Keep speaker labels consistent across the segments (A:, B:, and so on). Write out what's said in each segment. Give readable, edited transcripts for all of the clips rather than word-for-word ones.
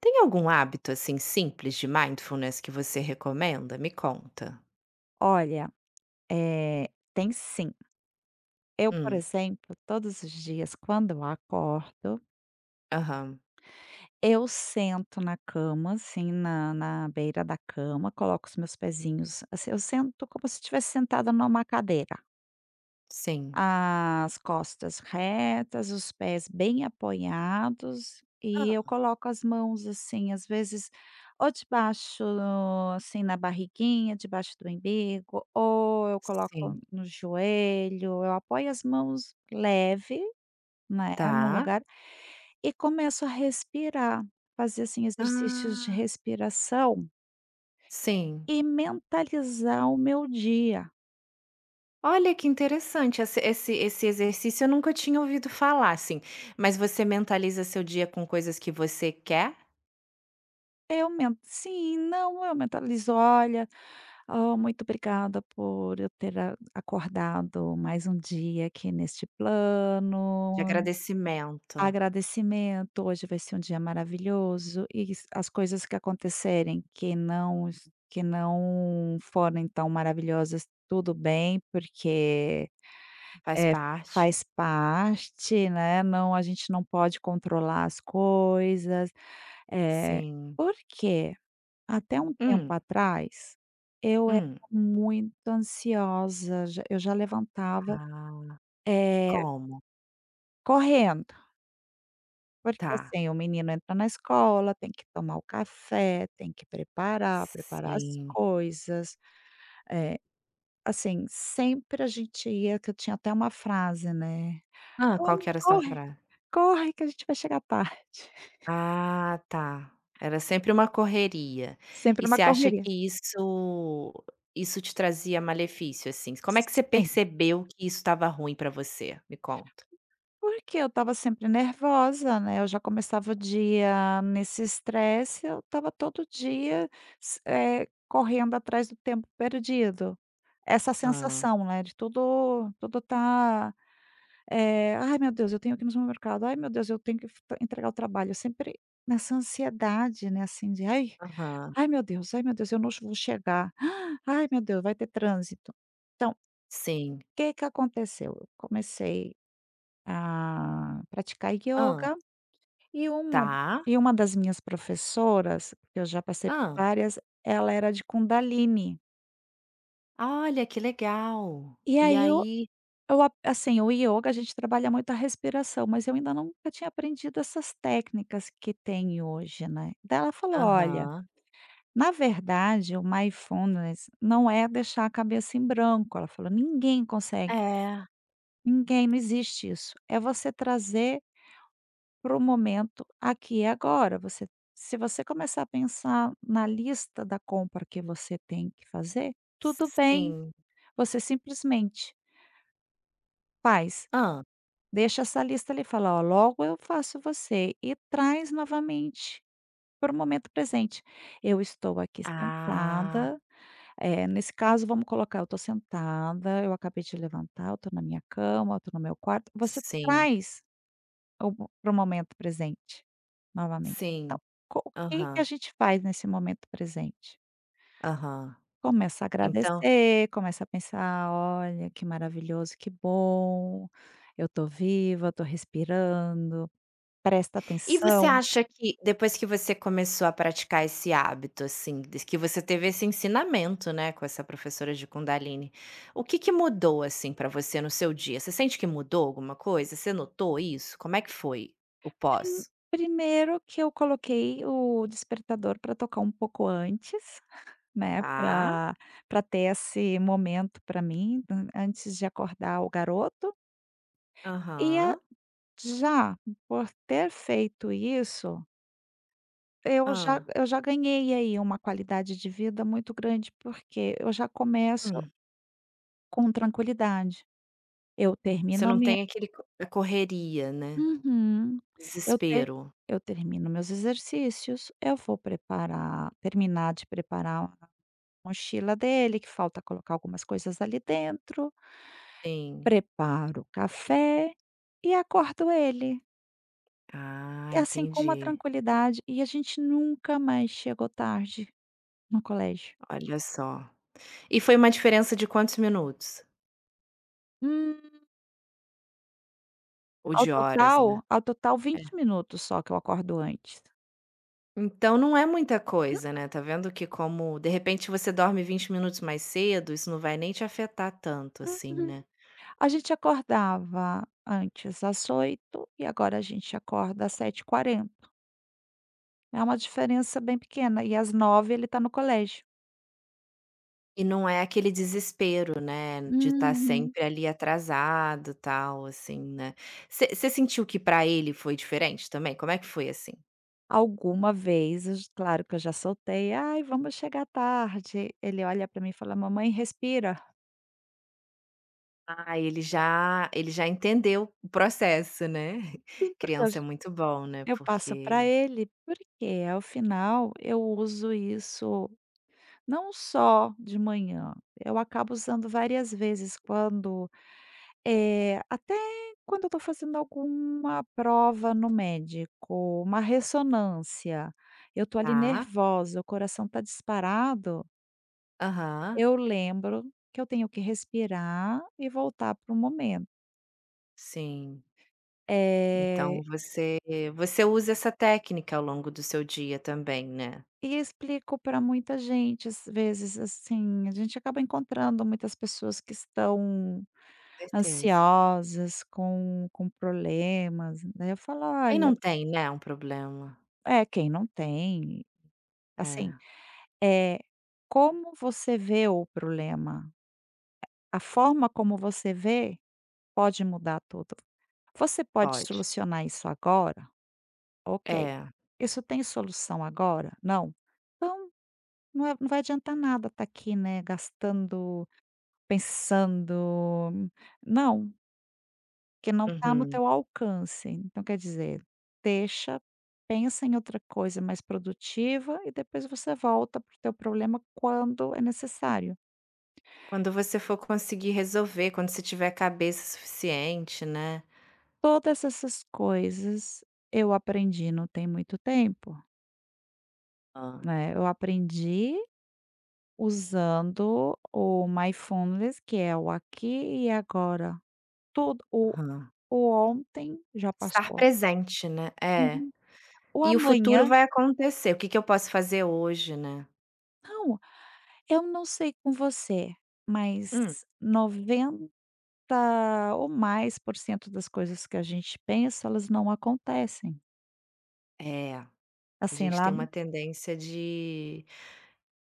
A: Tem algum hábito, assim, simples de mindfulness que você recomenda? Me conta.
B: Olha, eh, tem sim. Eu, por
A: Hum,
B: exemplo, todos os dias quando eu acordo,
A: aham.
B: eu sento na cama, assim, na beira da cama, coloco os meus pezinhos assim, eu sento como se estivesse sentada numa cadeira.
A: Sim.
B: As costas retas, os pés bem apoiados e
A: Hã.
B: eu coloco as mãos, assim, às vezes, ou debaixo, assim, na barriguinha, debaixo do umbigo, ou eu coloco
A: Sim.
B: no joelho, eu apoio as mãos leve, né, no
A: Tá.
B: lugar e começo a respirar, fazer, assim, exercícios de
A: Ah,
B: respiração
A: sim.
B: e mentalizar o meu dia.
A: Olha que interessante esse exercício, eu nunca tinha ouvido falar, assim. Mas você mentaliza seu dia com coisas que você quer?
B: Não, eu mentalizo: "Olha, oh, muito obrigada por eu ter a acordado mais um dia aqui neste
A: De
B: plano.
A: agradecimento.
B: Agradecimento, hoje vai ser um dia maravilhoso", e s as coisas que acontecerem que não es que não forem tão maravilhosas, tudo bem, porque,
A: Faz
B: é
A: parte?
B: faz parte, né, a gente não pode controlar as coisas. é
A: Sim.
B: por quê? Até um tempo
A: Hum,
B: atrás, eu era
A: hum.
B: muito ansiosa, já eu já levantava,
A: Ah,
B: eh,
A: como?
B: correndo, porque
A: Tá.
B: assim, o menino entra na escola, tem que tomar o café, tem que preparar as
A: Sim.
B: coisas, eh, assim, sempre a gente ia que eu tinha até uma frase, né:
A: Ah. Qual
B: "Vamos,
A: que era a sua
B: corre,
A: frase?
B: corre que a gente vai chegar tarde".
A: Ah, tá. Era sempre uma correria. E
B: Sempre uma
A: você acha
B: correria.
A: que isso te trazia malefício, assim? Como é que você
B: Sim.
A: percebeu que isso estava ruim pra você? Me conta.
B: Porque eu estava sempre nervosa, né, eu já começava o dia nesse estresse, eu estava todo dia correndo atrás do tempo perdido. Essa
A: Ah,
B: sensação, né, de tudo tá, "Ai meu Deus, eu tenho que ir no supermercado. Ai meu Deus, eu tenho que f entregar o trabalho". Eu sempre nessa ansiedade, né, assim de: "Ai,
A: aham.
B: ai meu Deus, eu não vou chegar. Ai meu Deus, vai ter trânsito". Então,
A: Sim.
B: o que que aconteceu? Eu comecei a praticar
A: Ah,
B: yoga. E uma
A: tá.
B: e uma das minhas professoras, que eu já passei por
A: Ah,
B: várias, ela era de Kundalini.
A: olha, que legal.
B: E
A: E
B: aí
A: aí
B: o ioga a gente trabalha muito a respiração, mas eu ainda nunca tinha aprendido essas técnicas que tem hoje, né. Daí ela falou: "Olha,
A: aham.
B: na verdade o mindfulness não é deixar a cabeça em branco", ela falou: "Ninguém consegue,
A: É.
B: ninguém, não existe isso. É você trazer para o momento aqui e agora. Você Se você começar a pensar na lista da compra que você tem que fazer, tudo bem,
A: Sim.
B: você simplesmente faz.
A: Ah,
B: Deixa essa lista ali, fala: "Ó, logo eu faço você", e traz novamente para o momento presente. Eu estou aqui
A: ah,
B: sentada, nesse caso vamos colocar, eu estou sentada, eu acabei de levantar, eu estou na minha cama, eu estou no meu quarto. Você
A: sim,
B: traz Ou para o momento presente, novamente. Então,
A: sim.
B: co o que que a
A: Aham,
B: gente faz nesse momento presente?
A: aham.
B: Começa a
A: Então
B: agradecer, começa a pensar: "Olha, que maravilhoso, que bom, eu estou viva, estou respirando", presta
A: e você
B: atenção.
A: acha que depois que você começou a praticar esse hábito, assim, des que você teve esse ensinamento, né, com essa professora de Kundalini, o que que mudou, assim, pra você no seu dia? Você sente que mudou alguma coisa? Você notou isso? Como é que foi o
B: Pri
A: pós?
B: Primeiro que eu coloquei o despertador para tocar um pouco antes, né,
A: Tá,
B: para ter esse momento para mim, an antes de acordar o garoto, e
A: aham.
B: Já, por ter feito isso,
A: Ah.
B: eu já ganhei aí uma qualidade de vida muito grande, porque eu já começo
A: Hum.
B: com tranquilidade. Eu
A: Você
B: termino a
A: não
B: minha
A: tem aquele co a correria, né,
B: Uhum. Eu te
A: desespero.
B: eu termino meus exercícios, eu vou preparar terminar de preparar a mochila dele, que falta colocar algumas coisas ali dentro,
A: Sim.
B: preparo o café e acordo ele.
A: Ah,
B: É assim, com uma
A: entendi.
B: tranquilidade, e a gente nunca mais chegou tarde. No colégio.
A: Olha só. E foi uma diferença de quantos minutos?
B: Hum.
A: Ou de horas, né? É.
B: Ao total 20 minutos só que eu acordo antes.
A: Então não é muita
B: Hum,
A: coisa, né, tá vendo que como de repente você dorme 20 minutos mais cedo, isso não vai nem te afetar tanto assim,
B: Uhum.
A: né.
B: A gente acordava antes às 8 e agora a gente acorda às 7h40. É uma diferença bem pequena e às 9 ele está no colégio.
A: E não é aquele desespero, né, de estar
B: Uhum.
A: sempre ali atrasado, tal, assim, né. Você sentiu que pra ele foi diferente também? Como é que foi assim?
B: Alguma vez, eu j claro que eu já soltei: "Ai, vamos chegar tarde". Ele olha para mim e fala: "Mamãe, respira".
A: Ah, ele já entendeu o processo, né.
B: Sim, porque
A: Criança é muito bom, né,
B: eu passo para
A: porque
B: ele, porque ao final eu uso isso não só de manhã, eu acabo usando várias vezes quando, até quando eu estou fazendo alguma prova no médico, uma ressonância, eu estou ali
A: tá.
B: nervosa, o coração está disparado,
A: Aham,
B: eu lembro que eu tenho que respirar e voltar para o momento.
A: sim.
B: Eh
A: Então você usa essa técnica ao longo do seu dia também, né?
B: E explico para muita gente, às vezes, assim, a gente acaba encontrando muitas pessoas que estão
A: Certeza.
B: ansiosas, com problemas, daí eu falo:
A: Quem
B: "Olha".
A: não tem, né, um problema?
B: É, quem não tem, assim,
A: É,
B: é como você vê o problema, a forma como você vê pode mudar tudo. Você pode
A: pode.
B: solucionar isso agora? Ok.
A: É,
B: Isso tem solução agora? Não? Então, não vai adiantar nada estar aqui, né, gastando Pensando não, que não está no
A: uhum.
B: teu alcance. Então quer dizer, deixa, pensa em outra coisa mais produtiva e depois você volta para o teu problema quando é necessário.
A: Quando você for conseguir resolver, quando você tiver cabeça suficiente, né.
B: Todas essas coisas eu aprendi não tem muito tempo,
A: Hã,
B: né, eu aprendi usando o mindfulness, que é o aqui e agora. Tudo o
A: aham.
B: O ontem já
A: Estar
B: passou.
A: presente, né. É.
B: Uhum. O
A: E o futuro
B: amanhã
A: vai acontecer, o que que eu posso fazer hoje, né.
B: não. Eu não sei com você, mas
A: Hum.
B: 90% ou mais das coisas que a gente pensa, elas não acontecem.
A: É, a
B: Assim
A: gente tem
B: lá
A: uma tendência de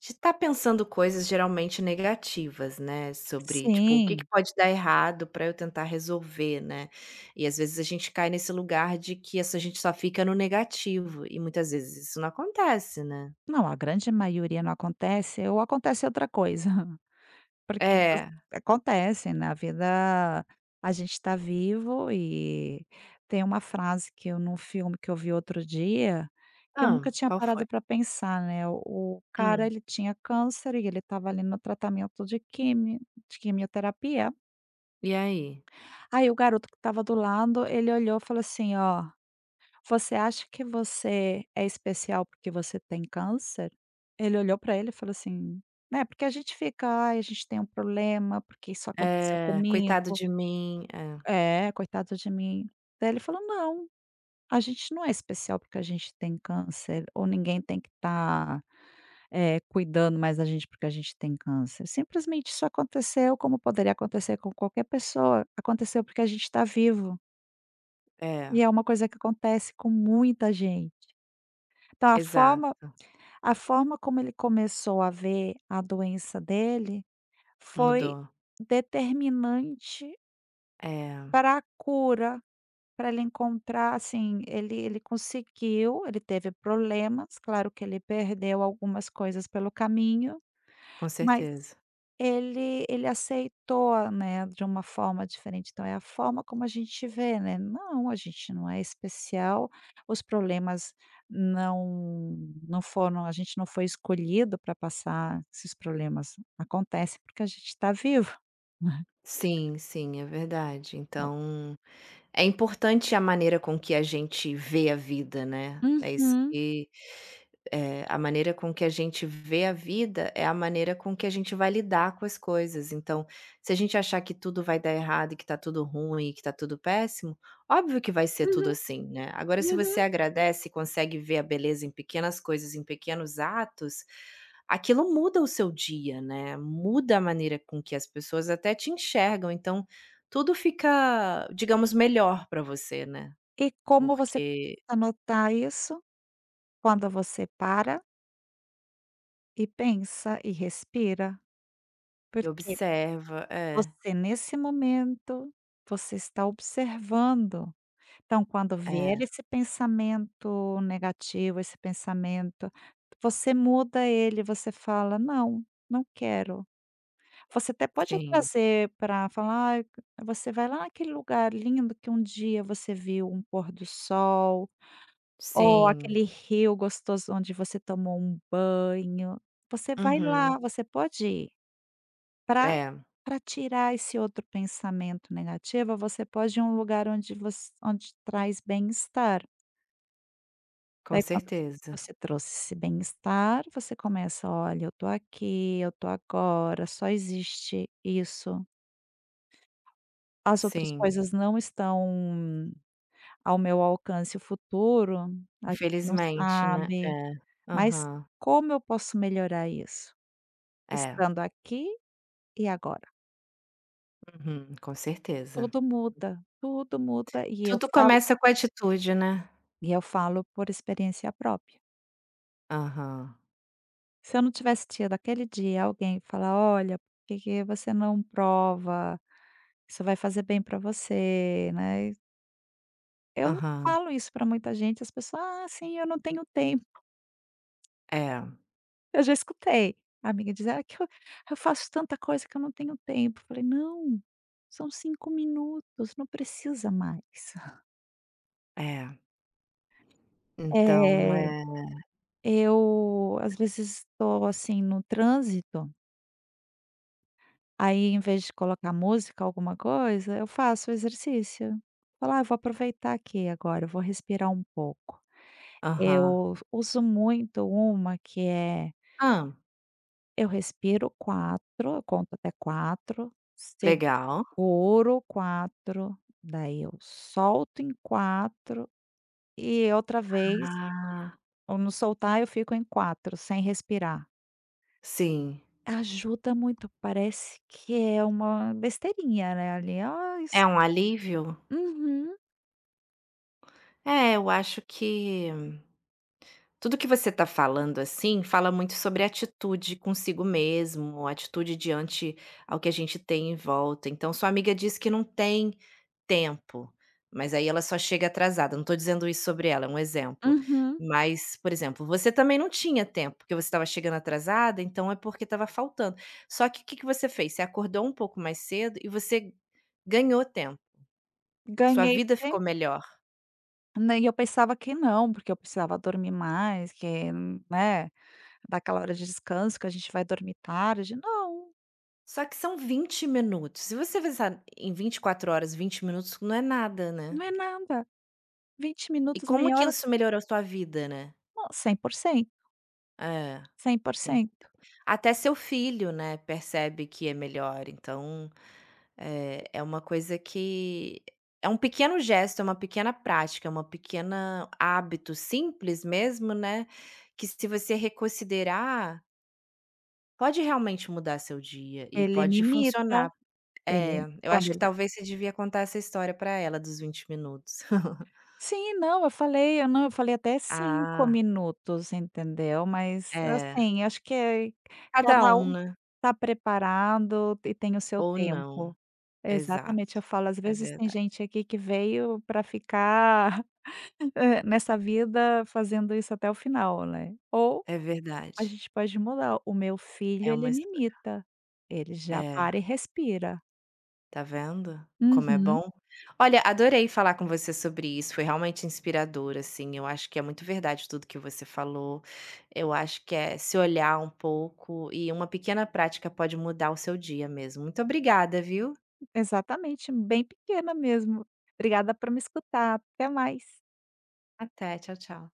A: De estar pensando coisas geralmente negativas, né, sobre tipo: "O que que
B: Sim.
A: pode dar errado para eu tentar resolver", né. E às vezes a gente cai nesse lugar de que essa gente só fica no negativo e muitas vezes isso não acontece, né.
B: Não, a grande maioria não acontece ou acontece outra coisa. Porque os
A: É.
B: Acontece, na vida a gente está vivo e tem uma frase que eu num filme que eu vi outro dia, que eu
A: Ah,
B: nunca tinha
A: qual foi?
B: parado para pensar, né, o cara
A: Hum,
B: ele tinha câncer e ele estava ali no tratamento de quimi de quimioterapia,
A: e aí?
B: aí o garoto que estava do lado, ele olhou e falou assim: "Ó, você acha que você é especial porque você tem câncer?" Ele olhou pra ele e falou assim, né, porque a gente fica: "Ai, a gente tem um problema, porque isso aconteceu
A: É, coitado
B: comigo.
A: de mim. É,
B: É, coitado de mim". Daí ele falou: "Não, a gente não é especial porque a gente tem câncer, ou ninguém tem que estar, cuidando mais da gente porque a gente tem câncer. Simplesmente isso aconteceu como poderia acontecer com qualquer pessoa, aconteceu porque a gente está vivo,
A: é,
B: e é uma coisa que acontece com muita gente". Então
A: exato,
B: a forma como ele começou a ver a doença dele foi
A: mudou.
B: determinante
A: É,
B: para a cura, para ele encontrar, assim, ele conseguiu, ele teve problemas, claro que ele perdeu algumas coisas pelo caminho,
A: com
B: mas
A: certeza.
B: ele aceitou, né, de uma forma diferente, então é a forma como a gente vê, né, não, a gente não é especial, os problemas não não foram a gente não foi escolhido para passar esses problemas, acontece porque a gente está vivo, né.
A: Sim, sim, é verdade.
B: Bom.
A: Então é importante a maneira com que a gente vê a vida, né. É isso
B: Uhum,
A: que eh, a maneira com que a gente vê a vida é a maneira com que a gente vai lidar com as coisas. Então, se a gente achar que tudo vai dar errado e que tá tudo ruim e que tá tudo péssimo, óbvio que vai ser tudo
B: uhum,
A: assim, né. Agora se
B: uhum.
A: você agradece e consegue ver a beleza em pequenas coisas, em pequenos atos, aquilo muda o seu dia, né, muda a maneira com que as pessoas até te enxergam. Então, tudo fica, digamos, melhor pra você, né,
B: E como você começa
A: porque
B: a notar isso? Quando você para e pensa e respira,
A: você
B: porque
A: observa é,
B: você, nesse momento, você está observando. Então, quando vier
A: é,
B: esse pensamento negativo, você muda ele, você fala: "Não, não quero". Você até pode
A: sim,
B: trazer para falar: "Ai, você vai lá naquele lugar lindo que um dia você viu um pôr do sol, ou
A: sim.
B: aquele rio gostoso onde você tomou um banho". Você vai
A: Uhum.
B: lá, você pode ir para
A: É,
B: para tirar esse outro pensamento negativo, você pode ir a um lugar onde traz bem-estar.
A: com
B: Daí quando
A: certeza.
B: você trouxe esse bem-estar, você começa: "Olha, eu tô aqui, eu tô agora, só existe isso. As outras
A: Sim,
B: coisas não estão ao meu alcance. O futuro a gente não
A: infelizmente, né.
B: sabe,
A: É.
B: mas
A: Aham.
B: como eu posso melhorar isso?
A: É.
B: Estando aqui e agora".
A: Uhum, com certeza.
B: Tudo muda,
A: Tudo começa com atitude, né.
B: e eu falo por experiência própria.
A: Aham,
B: Se eu não tivesse tido aquele dia alguém falar: "Olha, por que que você não prova? Isso vai fazer bem para você", né. Eu
A: aham.
B: falo isso para muita gente, as pessoas: "Ah, sim, eu não tenho tempo".
A: É,
B: Eu já escutei a amiga dizer: "Ah, que eu faço tanta coisa que eu não tenho tempo". Eu falei: "Não, são 5 minutos, não precisa mais".
A: é. Então
B: Eh,
A: é
B: eu às vezes estou, assim, no trânsito. Aí, em vez de colocar música, alguma coisa, eu faço exercício. Falo: "Ah, vou aproveitar aqui agora, eu vou respirar um pouco".
A: aham.
B: Eu uso muito uma que é:
A: Hã,
B: eu respiro 4, eu conto até 4, seguro
A: legal.
B: 4, daí eu solto em 4 e outra vez,
A: Ah,
B: ou no soltar, eu fico em 4 sem respirar.
A: sim.
B: Ajuda muito, parece que é uma besteirinha, né, ali, ah, isso.
A: É um alívio?
B: Uhum.
A: É, eu acho que tudo que você está falando, assim, fala muito sobre atitude consigo mesmo, atitude diante ao que a gente tem em volta. Então, sua amiga diz que não tem tempo, mas aí ela só chega atrasada. Não estou dizendo isso sobre ela, é um exemplo.
B: Uhum.
A: Mas, por exemplo, você também não tinha tempo, porque você estava chegando atrasada, então é porque estava faltando. Só que o que que você fez? Você acordou um pouco mais cedo e você ganhou tempo. Sua
B: Ganhei
A: vida ficou
B: tempo,
A: melhor.
B: né, e eu pensava que não, porque eu precisava dormir mais, que, né, daquela hora de descanso que a gente vai dormir tarde. Não,
A: Só que são 20 minutos. Se você pensar em 24 horas, 20 minutos não é nada, né.
B: não é nada. vinte
A: E
B: minutos,
A: como
B: meia
A: que
B: hora,
A: isso melhorou sua vida, né.
B: não,
A: É,
B: cem por
A: en
B: cento
A: até seu filho, né, percebe que é melhor, então, eh, é uma coisa que é um pequeno gesto, é uma pequena prática, é uma pequena hábito simples mesmo, né, que se você reconsiderar, pode realmente mudar seu dia e
B: Ele me
A: pode
B: imita,
A: funcionar.
B: ele
A: É, eu
B: quando
A: acho que
B: ele
A: talvez você devia contar essa história pra ela dos 20 minutos.
B: Sim, não, eu falei eu não, eu falei até cinco
A: Ah,
B: minutos, entendeu. Mas,
A: é.
B: assim, acho que é
A: Cada
B: cada
A: um,
B: um,
A: né,
B: está preparado e tem o seu
A: ou não.
B: tempo. Exatamente, eu
A: Exato.
B: falo, às
A: É
B: vezes tem
A: verdade,
B: gente aqui que veio para ficar, nessa vida fazendo isso até o final, né. Ou
A: é
B: a
A: verdade.
B: gente pode mudar, o meu filho
A: É
B: ele
A: uma
B: me
A: escolha.
B: imita, ele já
A: É,
B: para e respira.
A: tá vendo como é
B: Uhum,
A: bom? Olha, adorei falar com você sobre isso, foi realmente inspirador, assim, eu acho que é muito verdade tudo que você falou. Eu acho que é se olhar um pouco e uma pequena prática pode mudar o seu dia mesmo. Muito obrigada, viu?
B: exatamente, bem pequena mesmo. Obrigada por me escutar, até mais.
A: Até, tchau, tchau.